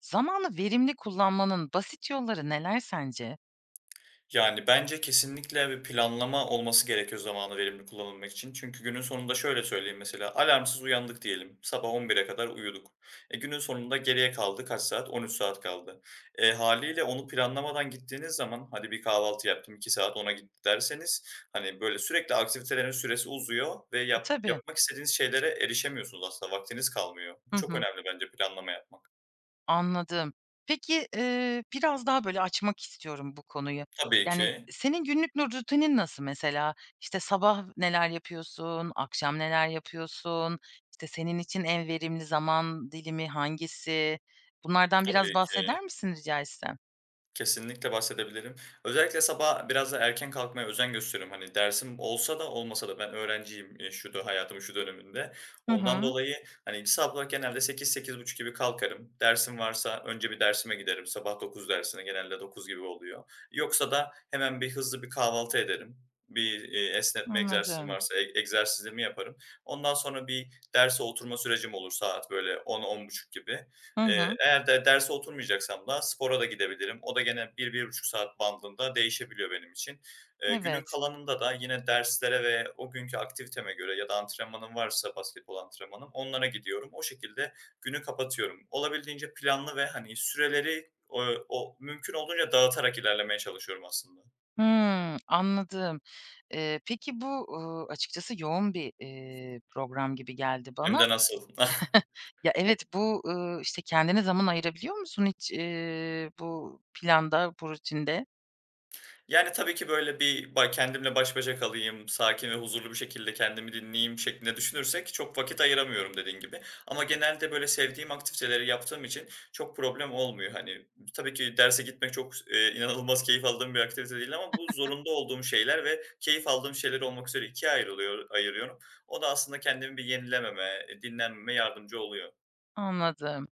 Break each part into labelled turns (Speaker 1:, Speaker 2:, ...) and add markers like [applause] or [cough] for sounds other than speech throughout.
Speaker 1: Zamanı verimli kullanmanın basit yolları neler sence?
Speaker 2: Yani, bence kesinlikle bir planlama olması gerekiyor zamanı verimli kullanılmak için. Çünkü günün sonunda şöyle söyleyeyim mesela, alarmsız uyandık diyelim, sabah 11'e kadar uyuduk. Günün sonunda geriye kaldı kaç saat? 13 saat kaldı. Hâliyle onu planlamadan gittiğiniz zaman, hadi bir kahvaltı yaptım, 2 saat ona gitti derseniz, hani, böyle sürekli aktivitelerin süresi uzuyor ve
Speaker 1: Tabii.
Speaker 2: yapmak istediğiniz şeylere erişemiyorsunuz aslında, vaktiniz kalmıyor.
Speaker 1: Hı
Speaker 2: Bu çok
Speaker 1: hı.
Speaker 2: önemli bence planlama yapmak.
Speaker 1: Anladım. Peki, biraz daha böyle açmak istiyorum bu konuyu.
Speaker 2: Tabii
Speaker 1: Yani,
Speaker 2: ki,
Speaker 1: senin günlük rutinin nasıl mesela? İşte, sabah neler yapıyorsun, akşam neler yapıyorsun? İşte senin için en verimli zaman dilimi hangisi? Bunlardan biraz
Speaker 2: tabii ki.
Speaker 1: bahseder misin rica etsem?
Speaker 2: Kesinlikle bahsedebilirim. Özellikle sabah biraz da erken kalkmaya özen gösteriyorum. Hani dersim olsa da olmasa da ben öğrenciyim şu da hayatımın şu döneminde.
Speaker 1: Hı
Speaker 2: Ondan
Speaker 1: hı.
Speaker 2: dolayı hani sabah olarak genelde sekiz sekiz buçuk gibi kalkarım. Dersim varsa önce bir dersime giderim. Sabah 9 dersine genelde 9 gibi oluyor. Yoksa da hemen bir hızlı bir kahvaltı ederim. Bir esnetme egzersizim
Speaker 1: Anladım.
Speaker 2: varsa egzersizimi yaparım. Ondan sonra bir derse oturma sürecim olur saat böyle on on buçuk gibi.
Speaker 1: Hı hı.
Speaker 2: Eğer de derse oturmayacaksam da spora da gidebilirim. O da gene bir bir buçuk saat bandında değişebiliyor benim için. Günün
Speaker 1: Evet.
Speaker 2: kalanında da yine derslere ve o günkü aktiviteme göre ya da antrenmanım varsa basketbol antrenmanım onlara gidiyorum. O şekilde günü kapatıyorum. Olabildiğince planlı ve, hani, süreleri, o mümkün olduğunca dağıtarak ilerlemeye çalışıyorum aslında.
Speaker 1: Hımm, anladım. Peki bu, açıkçası yoğun bir, program gibi geldi
Speaker 2: Hem
Speaker 1: bana.
Speaker 2: de nasıl. [laughs]
Speaker 1: Ya, evet, bu, işte, kendine zaman ayırabiliyor musun hiç, bu planda, bu rutinde?
Speaker 2: Yani, tabii ki, böyle, bir ba kendimle baş başa kalayım, sakin ve huzurlu bir şekilde kendimi dinleyeyim şeklinde düşünürsek çok vakit ayıramıyorum dediğin gibi. Ama genelde, böyle, sevdiğim aktiviteleri yaptığım için çok problem olmuyor. Hani, tabii ki derse gitmek çok, inanılmaz keyif aldığım bir aktivite değil ama bu zorunda olduğum şeyler ve keyif aldığım şeyler olmak üzere 2'ye ayırıyorum. O da aslında kendimi bir yenilememe, dinlenmeme yardımcı oluyor.
Speaker 1: Anladım.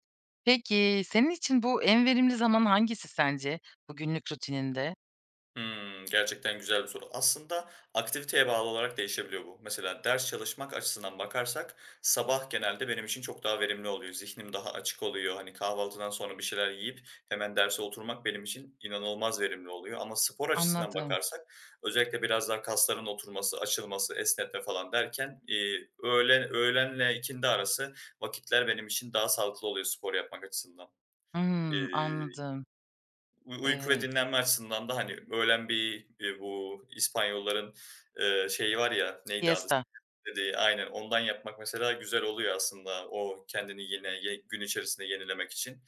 Speaker 1: Peki, senin için bu en verimli zaman hangisi sence bu günlük rutininde?
Speaker 2: Hımm, gerçekten güzel bir soru. Aslında aktiviteye bağlı olarak değişebiliyor bu. Mesela ders çalışmak açısından bakarsak sabah genelde benim için çok daha verimli oluyor. Zihnim daha açık oluyor. Hani kahvaltıdan sonra bir şeyler yiyip hemen derse oturmak benim için inanılmaz verimli oluyor. Ama spor açısından
Speaker 1: Anladım.
Speaker 2: bakarsak özellikle biraz daha kasların oturması, açılması, esnetme falan derken, öğlenle ikindi arası vakitler benim için daha sağlıklı oluyor spor yapmak açısından.
Speaker 1: Hımm,
Speaker 2: İii
Speaker 1: anladım.
Speaker 2: Uyku ve
Speaker 1: Eee,
Speaker 2: dinlenme açısından da, hani, öğlen bir, bu İspanyolların, şeyi var ya, neydi adı?
Speaker 1: Siesta.
Speaker 2: Dediği aynen, ondan yapmak mesela güzel oluyor aslında o kendini yine ye gün içerisinde yenilemek için.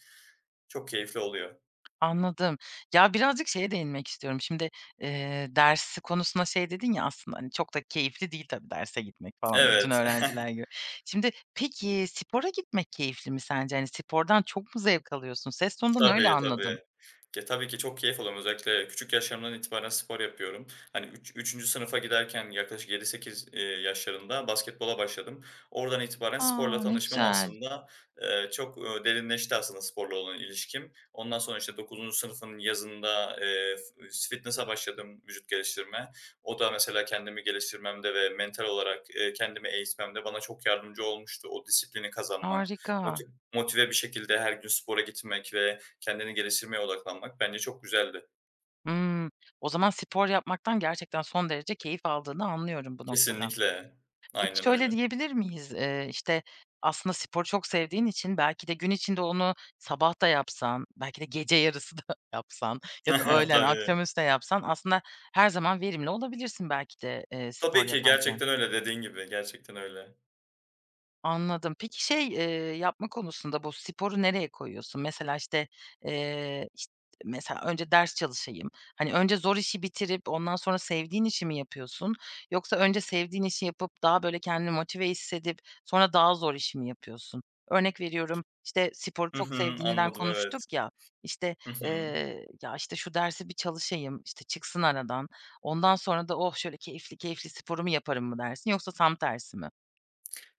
Speaker 2: Çok keyifli oluyor.
Speaker 1: Anladım. Ya, birazcık şeye değinmek istiyorum. Şimdi, dersi konusuna şey dedin ya, aslında, hani, çok da keyifli değil tabii derse gitmek falan bütün
Speaker 2: Evet.
Speaker 1: öğrenciler
Speaker 2: [laughs]
Speaker 1: gibi. Şimdi peki spora gitmek keyifli mi sence? Hani, spordan çok mu zevk alıyorsun? Ses tonundan öyle
Speaker 2: Tabii,
Speaker 1: anladım.
Speaker 2: tabii. Ya, tabii ki çok keyif alıyorum. Özellikle küçük yaşlarımdan itibaren spor yapıyorum. Hani, üçüncü sınıfa giderken yaklaşık yedi sekiz yaşlarında basketbola başladım. Oradan itibaren sporla
Speaker 1: A! Ne
Speaker 2: tanışmam
Speaker 1: güzel.
Speaker 2: aslında, çok, derinleşti aslında sporla olan ilişkim. Ondan sonra, işte, dokuzuncu sınıfın yazında, f fitness'a başladım, vücut geliştirme. O da mesela kendimi geliştirmemde ve mental olarak, kendimi eğitmemde bana çok yardımcı olmuştu. O disiplini kazanmak,
Speaker 1: Harika.
Speaker 2: moti motive bir şekilde her gün spora gitmek ve kendini geliştirmeye odaklanmak bence çok güzeldi.
Speaker 1: Hımm. O zaman spor yapmaktan gerçekten son derece keyif aldığını anlıyorum bu noktada.
Speaker 2: Kesinlikle.
Speaker 1: Peki,
Speaker 2: Aynen
Speaker 1: şöyle
Speaker 2: öyle.
Speaker 1: diyebilir miyiz? İşte, aslında sporu çok sevdiğin için belki de gün içinde onu sabah da yapsan, belki de gece yarısı [laughs] da yapsan ya da
Speaker 2: [laughs]
Speaker 1: öğlen,
Speaker 2: Tabii.
Speaker 1: akşamüstü de yapsan aslında her zaman verimli olabilirsin belki de, spor
Speaker 2: Tabii ki
Speaker 1: yaparken.
Speaker 2: gerçekten öyle dediğin gibi, gerçekten öyle.
Speaker 1: Anladım. Peki, şey, yapma konusunda bu sporu nereye koyuyorsun? Mesela, işte, işt mesela önce ders çalışayım, hani, önce zor işi bitirip ondan sonra sevdiğin işi mi yapıyorsun? Yoksa önce sevdiğin işi yapıp daha, böyle, kendini motive hissedip sonra daha zor işi mi yapıyorsun? Örnek veriyorum, işte, sporu
Speaker 2: Hı
Speaker 1: çok
Speaker 2: hı,
Speaker 1: sevdiğinden
Speaker 2: anladım evet.
Speaker 1: konuştuk ya, işte,
Speaker 2: Hı hı.
Speaker 1: "Ya, işte, şu dersi bir çalışayım, işte, çıksın aradan, ondan sonra da oh, şöyle keyifli keyifli sporumu yaparım." mı dersin yoksa tam tersi mi?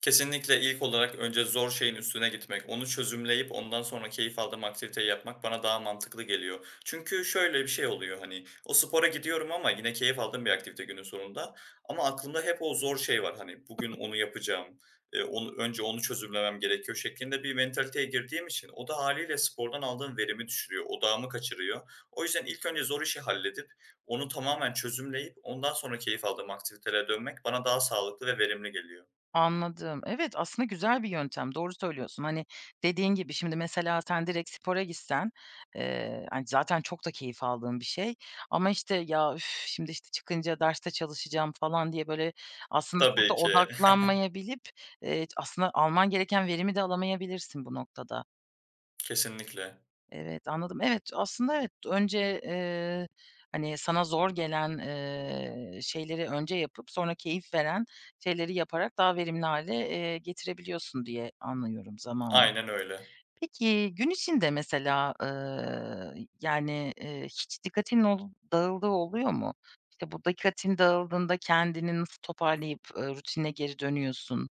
Speaker 2: Kesinlikle ilk olarak önce zor şeyin üstüne gitmek, onu çözümleyip ondan sonra keyif aldığım aktiviteyi yapmak bana daha mantıklı geliyor. Çünkü şöyle bir şey oluyor hani, o spora gidiyorum ama yine keyif aldığım bir aktivite günün sonunda ama aklımda hep o zor şey var. Hani bugün onu yapacağım, onu önce onu çözümlemem gerekiyor şeklinde bir mentaliteye girdiğim için o da haliyle spordan aldığım verimi düşürüyor, odağımı kaçırıyor. O yüzden ilk önce zor işi halledip, onu tamamen çözümleyip ondan sonra keyif aldığım aktivitelere dönmek bana daha sağlıklı ve verimli geliyor.
Speaker 1: Anladım. Evet, aslında güzel bir yöntem, doğru söylüyorsun. Hani, dediğin gibi şimdi mesela sen direkt spora gitsen, hani, zaten çok da keyif aldığın bir şey ama, işte, "Ya, üf, şimdi, işte, çıkınca derste çalışacağım." falan diye böyle aslında çok da
Speaker 2: Tabii ki. [laughs]
Speaker 1: odaklanmayabilip, aslında alman gereken verimi de alamayabilirsin bu noktada.
Speaker 2: Kesinlikle.
Speaker 1: Evet, anladım. Evet, aslında evet, önce, hani, sana zor gelen, şeyleri önce yapıp sonra keyif veren şeyleri yaparak daha verimli hale getirebiliyorsun diye anlıyorum zamanla.
Speaker 2: Aynen öyle.
Speaker 1: Peki, gün içinde mesela, yani, hiç dikkatin dağıldığı oluyor mu? İşte, bu dikkatin dağıldığında kendini nasıl toparlayıp, rutinine geri dönüyorsun?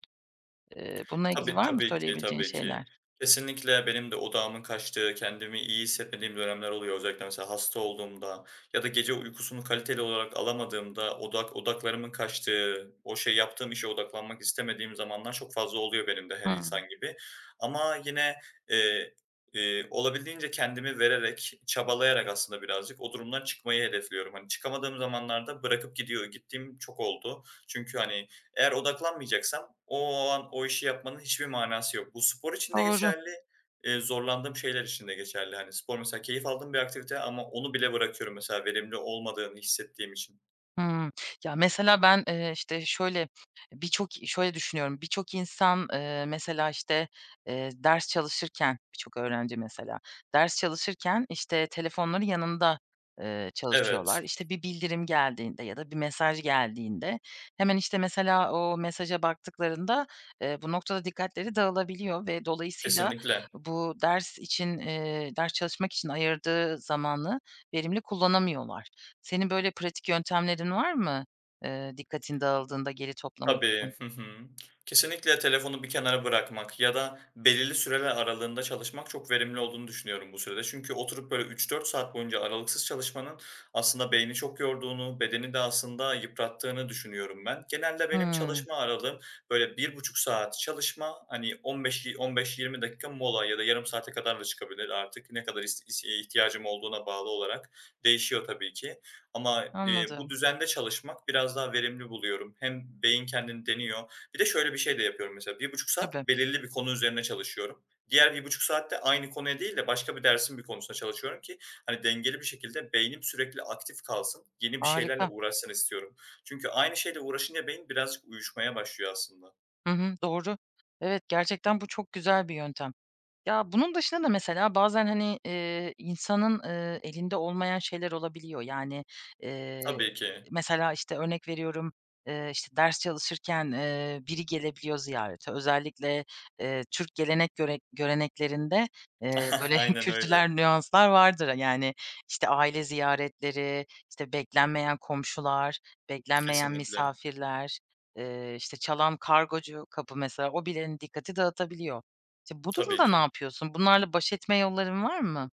Speaker 1: Bununla ilgili
Speaker 2: Tabii,
Speaker 1: var mı
Speaker 2: tabii ki,
Speaker 1: söyleyebileceğin
Speaker 2: tabii ki.
Speaker 1: şeyler?
Speaker 2: Kesinlikle benim de odağımın kaçtığı, kendimi iyi hissetmediğim dönemler oluyor. Özellikle mesela hasta olduğumda ya da gece uykusunu kaliteli olarak alamadığımda odaklarımın kaçtığı, o şey yaptığım işe odaklanmak istemediğim zamanlar çok fazla oluyor benim de her
Speaker 1: Hımm,
Speaker 2: insan gibi. Ama yine, eee, olabildiğince kendimi vererek, çabalayarak aslında birazcık o durumdan çıkmayı hedefliyorum. Hani çıkamadığım zamanlarda bırakıp gidiyor gittiğim çok oldu. Çünkü, hani, eğer odaklanmayacaksam o an o işi yapmanın hiçbir manası yok. Bu spor için de
Speaker 1: doğru.
Speaker 2: geçerli, zorlandığım şeyler için de geçerli. Hani spor mesela keyif aldığım bir aktivite ama onu bile bırakıyorum mesela verimli olmadığını hissettiğim için.
Speaker 1: Hımm. Ya, mesela ben, işte, şöyle, birçok şöyle düşünüyorum, birçok insan, mesela, işte, ders çalışırken, birçok öğrenci mesela, ders çalışırken, işte, telefonları yanında,
Speaker 2: Evet,
Speaker 1: çalışıyorlar. İşte, bir bildirim geldiğinde ya da bir mesaj geldiğinde hemen, işte, mesela o mesaja baktıklarında, bu noktada dikkatleri dağılabiliyor ve dolayısıyla
Speaker 2: kesinlikle.
Speaker 1: bu ders için, ders çalışmak için ayırdığı zamanı verimli kullanamıyorlar. Senin böyle pratik yöntemlerin var mı, dikkatin dağıldığında geri toplamak için?
Speaker 2: Tabii, hı hı. Kesinlikle telefonu bir kenara bırakmak ya da belirli süreler aralığında çalışmak çok verimli olduğunu düşünüyorum bu sürede. Çünkü oturup böyle 3-4 saat boyunca aralıksız çalışmanın aslında beyni çok yorduğunu, bedeni de aslında yıprattığını düşünüyorum ben. Genelde benim
Speaker 1: Hımm,
Speaker 2: çalışma aralığım böyle bir buçuk saat çalışma, hani 15, 15-20 dakika mola ya da yarım saate kadar da çıkabilir artık. Ne kadar is is ihtiyacım olduğuna bağlı olarak değişiyor tabii ki. Ama, bu
Speaker 1: anladım.
Speaker 2: düzende çalışmak biraz daha verimli buluyorum. Hem beyin kendini deniyor. Bir de şöyle bir şey de yapıyorum mesela, bir buçuk
Speaker 1: Tabii,
Speaker 2: saat belirli bir konu üzerine çalışıyorum. Diğer bir buçuk de aynı konuya değil de başka bir dersin bir konusuna çalışıyorum ki, hani, dengeli bir şekilde beynim sürekli aktif kalsın, yeni bir şeylerle
Speaker 1: harika.
Speaker 2: uğraşsın istiyorum. Çünkü aynı şeyle uğraşınca beyin birazcık uyuşmaya başlıyor aslında.
Speaker 1: Hı hı, doğru. Evet, gerçekten bu çok güzel bir yöntem. Ya, bunun dışında da mesela bazen, hani, insanın, elinde olmayan şeyler olabiliyor. Yani, eee,
Speaker 2: Tabii ki.
Speaker 1: mesela, işte, örnek veriyorum, işte, ders çalışırken, biri gelebiliyor ziyarete. Özellikle, Türk gelenek göreneklerinde,
Speaker 2: [laughs]
Speaker 1: böyle [laughs]
Speaker 2: Aynen
Speaker 1: kültürel
Speaker 2: öyle.
Speaker 1: nüanslar vardır. Yani, işte, aile ziyaretleri, işte, beklenmeyen komşular, beklenmeyen
Speaker 2: Kesinlikle.
Speaker 1: misafirler, işte, çalan kargocu kapı mesela, o birilerinin dikkati dağıtabiliyor. İşte, bu
Speaker 2: Tabii
Speaker 1: durumda ne
Speaker 2: ki.
Speaker 1: yapıyorsun? Bunlarla baş etme yolların var mı?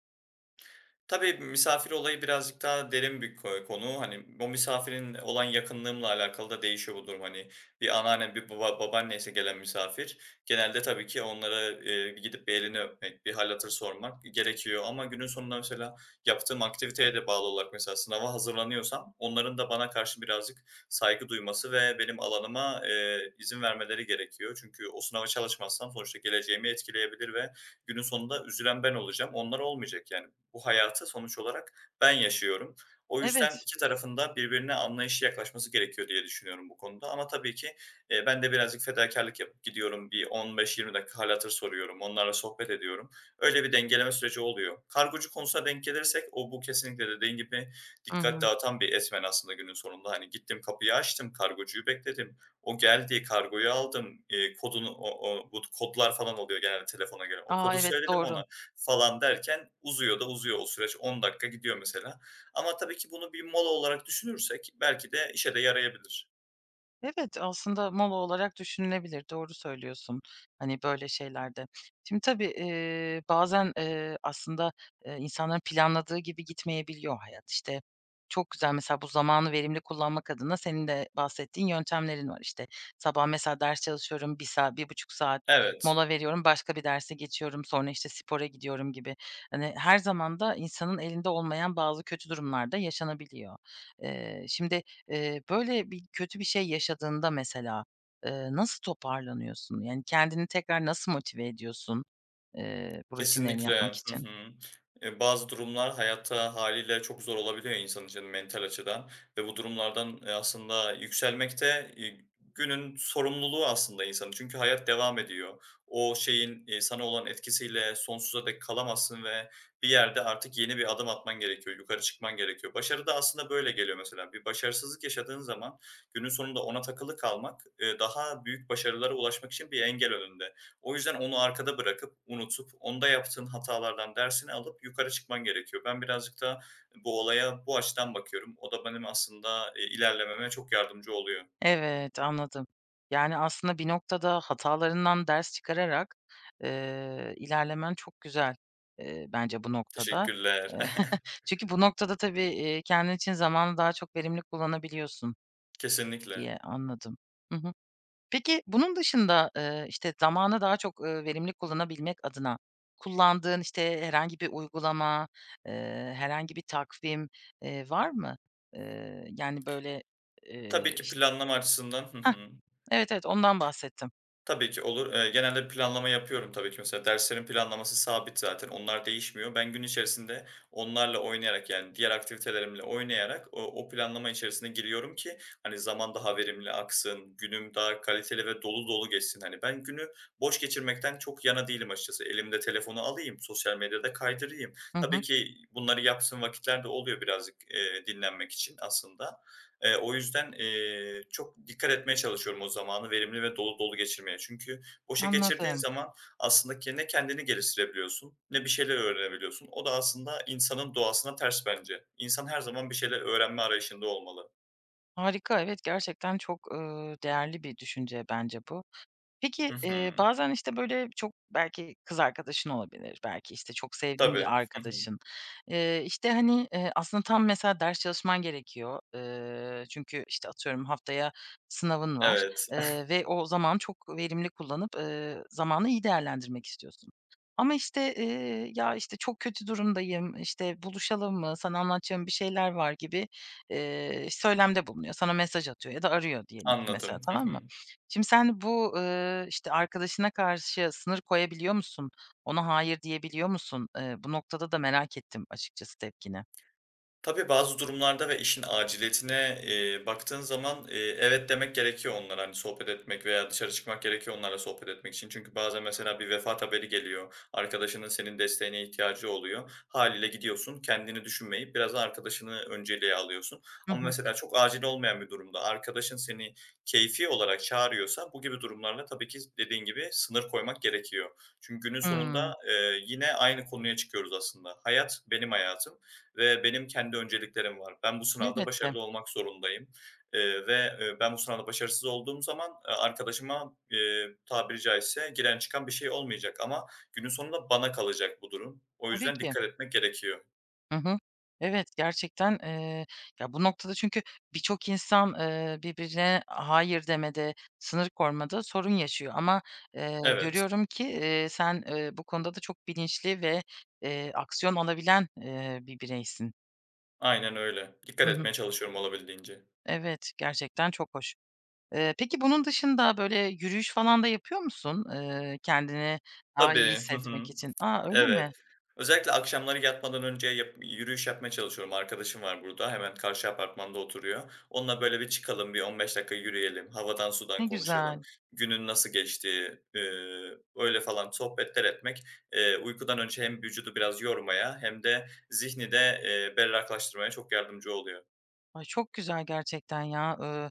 Speaker 2: Tabii, misafir olayı birazcık daha derin bir konu. Hani, o misafirin olan yakınlığımla alakalı da değişiyor bu durum. Hani, bir anneannem, bir babaanneyse gelen misafir, genelde tabii ki onlara, gidip bir elini öpmek, bir hâl hatır sormak gerekiyor ama günün sonunda mesela yaptığım aktiviteye de bağlı olarak mesela sınava hazırlanıyorsam onların da bana karşı birazcık saygı duyması ve benim alanıma, izin vermeleri gerekiyor. Çünkü o sınava çalışmazsam sonuçta geleceğimi etkileyebilir ve günün sonunda üzülen ben olacağım, onlar olmayacak yani bu hayatı sonuç olarak ben yaşıyorum. O yüzden
Speaker 1: Evet.
Speaker 2: 2 tarafın da birbirine anlayışlı yaklaşması gerekiyor diye düşünüyorum bu konuda ama tabii ki, ben de birazcık fedakarlık yapıp gidiyorum. Bir 15-20 dakika hâl hatır soruyorum, onlarla sohbet ediyorum. Öyle bir dengeleme süreci oluyor. Kargocu konusuna denk gelirsek bu kesinlikle dediğin gibi
Speaker 1: Hı
Speaker 2: dikkat
Speaker 1: hı.
Speaker 2: dağıtan bir etmen aslında günün sonunda. Hani, gittim kapıyı açtım, kargocuyu bekledim. O geldi, kargoyu aldım, kodunu o o bu kodlar falan oluyor genelde telefona göre. O
Speaker 1: A,
Speaker 2: kodu
Speaker 1: evet,
Speaker 2: söyledim
Speaker 1: doğru.
Speaker 2: ona falan derken uzuyor da uzuyor o süreç. 10 dakika gidiyor mesela. Ama tabii ki bunu bir mola olarak düşünürsek belki de işe de yarayabilir.
Speaker 1: Evet, aslında mola olarak düşünülebilir. Doğru söylüyorsun, hani, böyle şeylerde. Şimdi tabii, bazen, aslında, insanların planladığı gibi gitmeyebiliyor hayat. İşte, çok güzel mesela bu zamanı verimli kullanmak adına senin de bahsettiğin yöntemlerin var. İşte, sabah mesela ders çalışıyorum, bir saat, bir buçuk saat
Speaker 2: Evet.
Speaker 1: mola veriyorum, başka bir derse geçiyorum, sonra, işte, spora gidiyorum gibi. Hani, her zaman da insanın elinde olmayan bazı kötü durumlar da yaşanabiliyor. Şimdi Böyle bir kötü bir şey yaşadığında mesela, nasıl toparlanıyorsun? Yani, kendini tekrar nasıl motive ediyorsun, bu rutinlerini
Speaker 2: Kesinlikle.
Speaker 1: yapmak
Speaker 2: Hı
Speaker 1: için?
Speaker 2: hı. Bazı durumlar hayatta haliyle çok zor olabiliyor insan için mental açıdan ve bu durumlardan, aslında yükselmek de, günün sorumluluğu aslında insanın. Çünkü hayat devam ediyor. O şeyin, sana olan etkisiyle sonsuza dek kalamazsın ve bir yerde artık yeni bir adım atman gerekiyor, yukarı çıkman gerekiyor. Başarı da aslında böyle geliyor mesela. Bir başarısızlık yaşadığın zaman günün sonunda ona takılı kalmak, daha büyük başarılara ulaşmak için bir engel önünde. O yüzden onu arkada bırakıp, unutup, onda yaptığın hatalardan dersini alıp yukarı çıkman gerekiyor. Ben birazcık da bu olaya bu açıdan bakıyorum. O da benim aslında, ilerlememe çok yardımcı oluyor.
Speaker 1: Evet, anladım. Yani, aslında bir noktada hatalarından ders çıkararak, ilerlemen çok güzel, bence bu noktada.
Speaker 2: Teşekkürler.
Speaker 1: Eee,
Speaker 2: [laughs]
Speaker 1: [laughs] çünkü bu noktada tabii, kendin için zamanı daha çok verimli kullanabiliyorsun
Speaker 2: Kesinlikle.
Speaker 1: diye anladım. Hı hı. Peki, bunun dışında, işte, zamanı daha çok, verimli kullanabilmek adına kullandığın, işte, herhangi bir uygulama, herhangi bir takvim, var mı? Yani, böyle,
Speaker 2: Tabii ki
Speaker 1: işte…
Speaker 2: planlama açısından. Hı
Speaker 1: Hah,
Speaker 2: hı.
Speaker 1: evet, evet, ondan bahsettim.
Speaker 2: Tabii ki olur. Genelde planlama yapıyorum tabii ki. Mesela derslerin planlaması sabit zaten. Onlar değişmiyor. Ben gün içerisinde onlarla oynayarak yani diğer aktivitelerimle oynayarak o planlama içerisine giriyorum ki hani zaman daha verimli aksın, günüm daha kaliteli ve dolu dolu geçsin. Hani ben günü boş geçirmekten çok yana değilim açıkçası. Elimde telefonu alayım, sosyal medyada kaydırayım.
Speaker 1: Hı hı,
Speaker 2: Tabii ki bunları yapsın vakitler de oluyor birazcık dinlenmek için aslında. O yüzden, çok dikkat etmeye çalışıyorum o zamanı verimli ve dolu dolu geçirmeye. Çünkü boşa geçirdiğin
Speaker 1: anladım.
Speaker 2: zaman aslında ki ne kendini geliştirebiliyorsun ne bir şeyler öğrenebiliyorsun. O da aslında insanın doğasına ters bence. İnsan her zaman bir şeyler öğrenme arayışında olmalı.
Speaker 1: Harika, evet, gerçekten çok, değerli bir düşünce bence bu. Peki,
Speaker 2: Hı hı.
Speaker 1: bazen, işte, böyle, çok belki kız arkadaşın olabilir, belki, işte, çok sevdiğin
Speaker 2: Tabii.
Speaker 1: bir
Speaker 2: Hı hı.
Speaker 1: arkadaşın. İşte, hani, aslında tam mesela ders çalışman gerekiyor. Çünkü, işte, atıyorum haftaya sınavın var,
Speaker 2: Evet. [laughs]
Speaker 1: ve o zaman çok verimli kullanıp, zamanı iyi değerlendirmek istiyorsun. Ama, işte, "Ya, işte, çok kötü durumdayım, işte, buluşalım mı, sana anlatacağım bir şeyler var." gibi, söylemde bulunuyor. Sana mesaj atıyor ya da arıyor diyelim ki mesela,
Speaker 2: Anladım. Hı
Speaker 1: tamam mı?
Speaker 2: hı.
Speaker 1: Şimdi sen bu, işte, arkadaşına karşı sınır koyabiliyor musun? Ona hayır diyebiliyor musun? Bu noktada da merak ettim açıkçası tepkini.
Speaker 2: Tabii, bazı durumlarda ve işin aciliyetine, baktığın zaman, evet demek gerekiyor onlara. Hani, sohbet etmek veya dışarı çıkmak gerekiyor onlarla sohbet etmek için. Çünkü bazen mesela bir vefat haberi geliyor. Arkadaşının senin desteğine ihtiyacı oluyor. Hâliyle gidiyorsun, kendini düşünmeyip biraz da arkadaşını önceliğe alıyorsun.
Speaker 1: Hı
Speaker 2: Ama
Speaker 1: hı.
Speaker 2: mesela çok acil olmayan bir durumda arkadaşın seni keyfi olarak çağırıyorsa bu gibi durumlarda tabii ki dediğin gibi sınır koymak gerekiyor. Çünkü günün
Speaker 1: Hımm.
Speaker 2: sonunda, yine aynı konuya çıkıyoruz aslında. Hayat benim hayatım ve benim kendi önceliklerim var. Ben bu sınavda
Speaker 1: Elbette.
Speaker 2: başarılı olmak zorundayım, ve, ben bu sınavda başarısız olduğum zaman, arkadaşıma, tabiri caizse giren çıkan bir şey olmayacak ama günün sonunda bana kalacak bu durum. O
Speaker 1: Tabii
Speaker 2: yüzden
Speaker 1: ki.
Speaker 2: dikkat etmek gerekiyor.
Speaker 1: Hı hı. Evet, gerçekten, ya, bu noktada çünkü birçok insan, birbirine hayır demede, sınır kormada sorun yaşıyor ama,
Speaker 2: Evet,
Speaker 1: görüyorum ki, sen, bu konuda da çok bilinçli ve, aksiyon alabilen, bir bireysin.
Speaker 2: aynen öyle. Dikkat
Speaker 1: Hı hı.
Speaker 2: etmeye çalışıyorum olabildiğince.
Speaker 1: Evet, gerçekten çok hoş. Peki bunun dışında, böyle, yürüyüş falan da yapıyor musun, kendini daha iyi
Speaker 2: Tabii. Hı hı.
Speaker 1: hissetmek için? A, öyle mi?
Speaker 2: Evet. Özellikle akşamları yatmadan önce yürüyüş yapmaya çalışıyorum. Arkadaşım var burada, hemen karşı apartmanda oturuyor. Onunla böyle bir çıkalım, bir 15 dakika yürüyelim, havadan sudan
Speaker 1: Ne
Speaker 2: konuşalım,
Speaker 1: güzel.
Speaker 2: günün nasıl geçtiği, öyle falan sohbetler etmek, uykudan önce hem vücudu biraz yormaya hem de zihni de, berraklaştırmaya çok yardımcı oluyor.
Speaker 1: Ay, çok güzel gerçekten ya.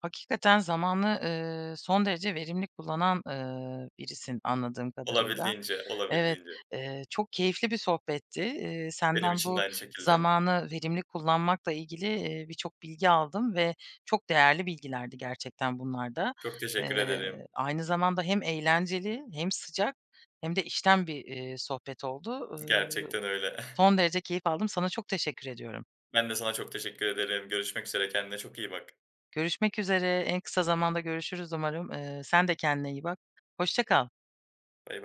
Speaker 1: Hakikaten zamanı, son derece verimli kullanan, birisin anladığım kadarıyla.
Speaker 2: Olabildiğince,
Speaker 1: Evet,
Speaker 2: olabildiğince.
Speaker 1: çok keyifli bir sohbetti.
Speaker 2: Benim
Speaker 1: Senden
Speaker 2: için de
Speaker 1: bu
Speaker 2: aynı şekilde.
Speaker 1: zamanı verimli kullanmakla ilgili, birçok bilgi aldım ve çok değerli bilgilerdi gerçekten bunlar da.
Speaker 2: Çok teşekkür ederim.
Speaker 1: Aynı zamanda hem eğlenceli hem sıcak hem de içten bir, sohbet oldu. Iıı,
Speaker 2: Gerçekten öyle. [laughs]
Speaker 1: son derece keyif aldım. Sana çok teşekkür ediyorum.
Speaker 2: Ben de sana çok teşekkür ederim. Görüşmek üzere. Kendine çok iyi bak.
Speaker 1: Görüşmek üzere. En kısa zamanda görüşürüz umarım. Sen de kendine iyi bak. Hoşça kal.
Speaker 2: Bay bay.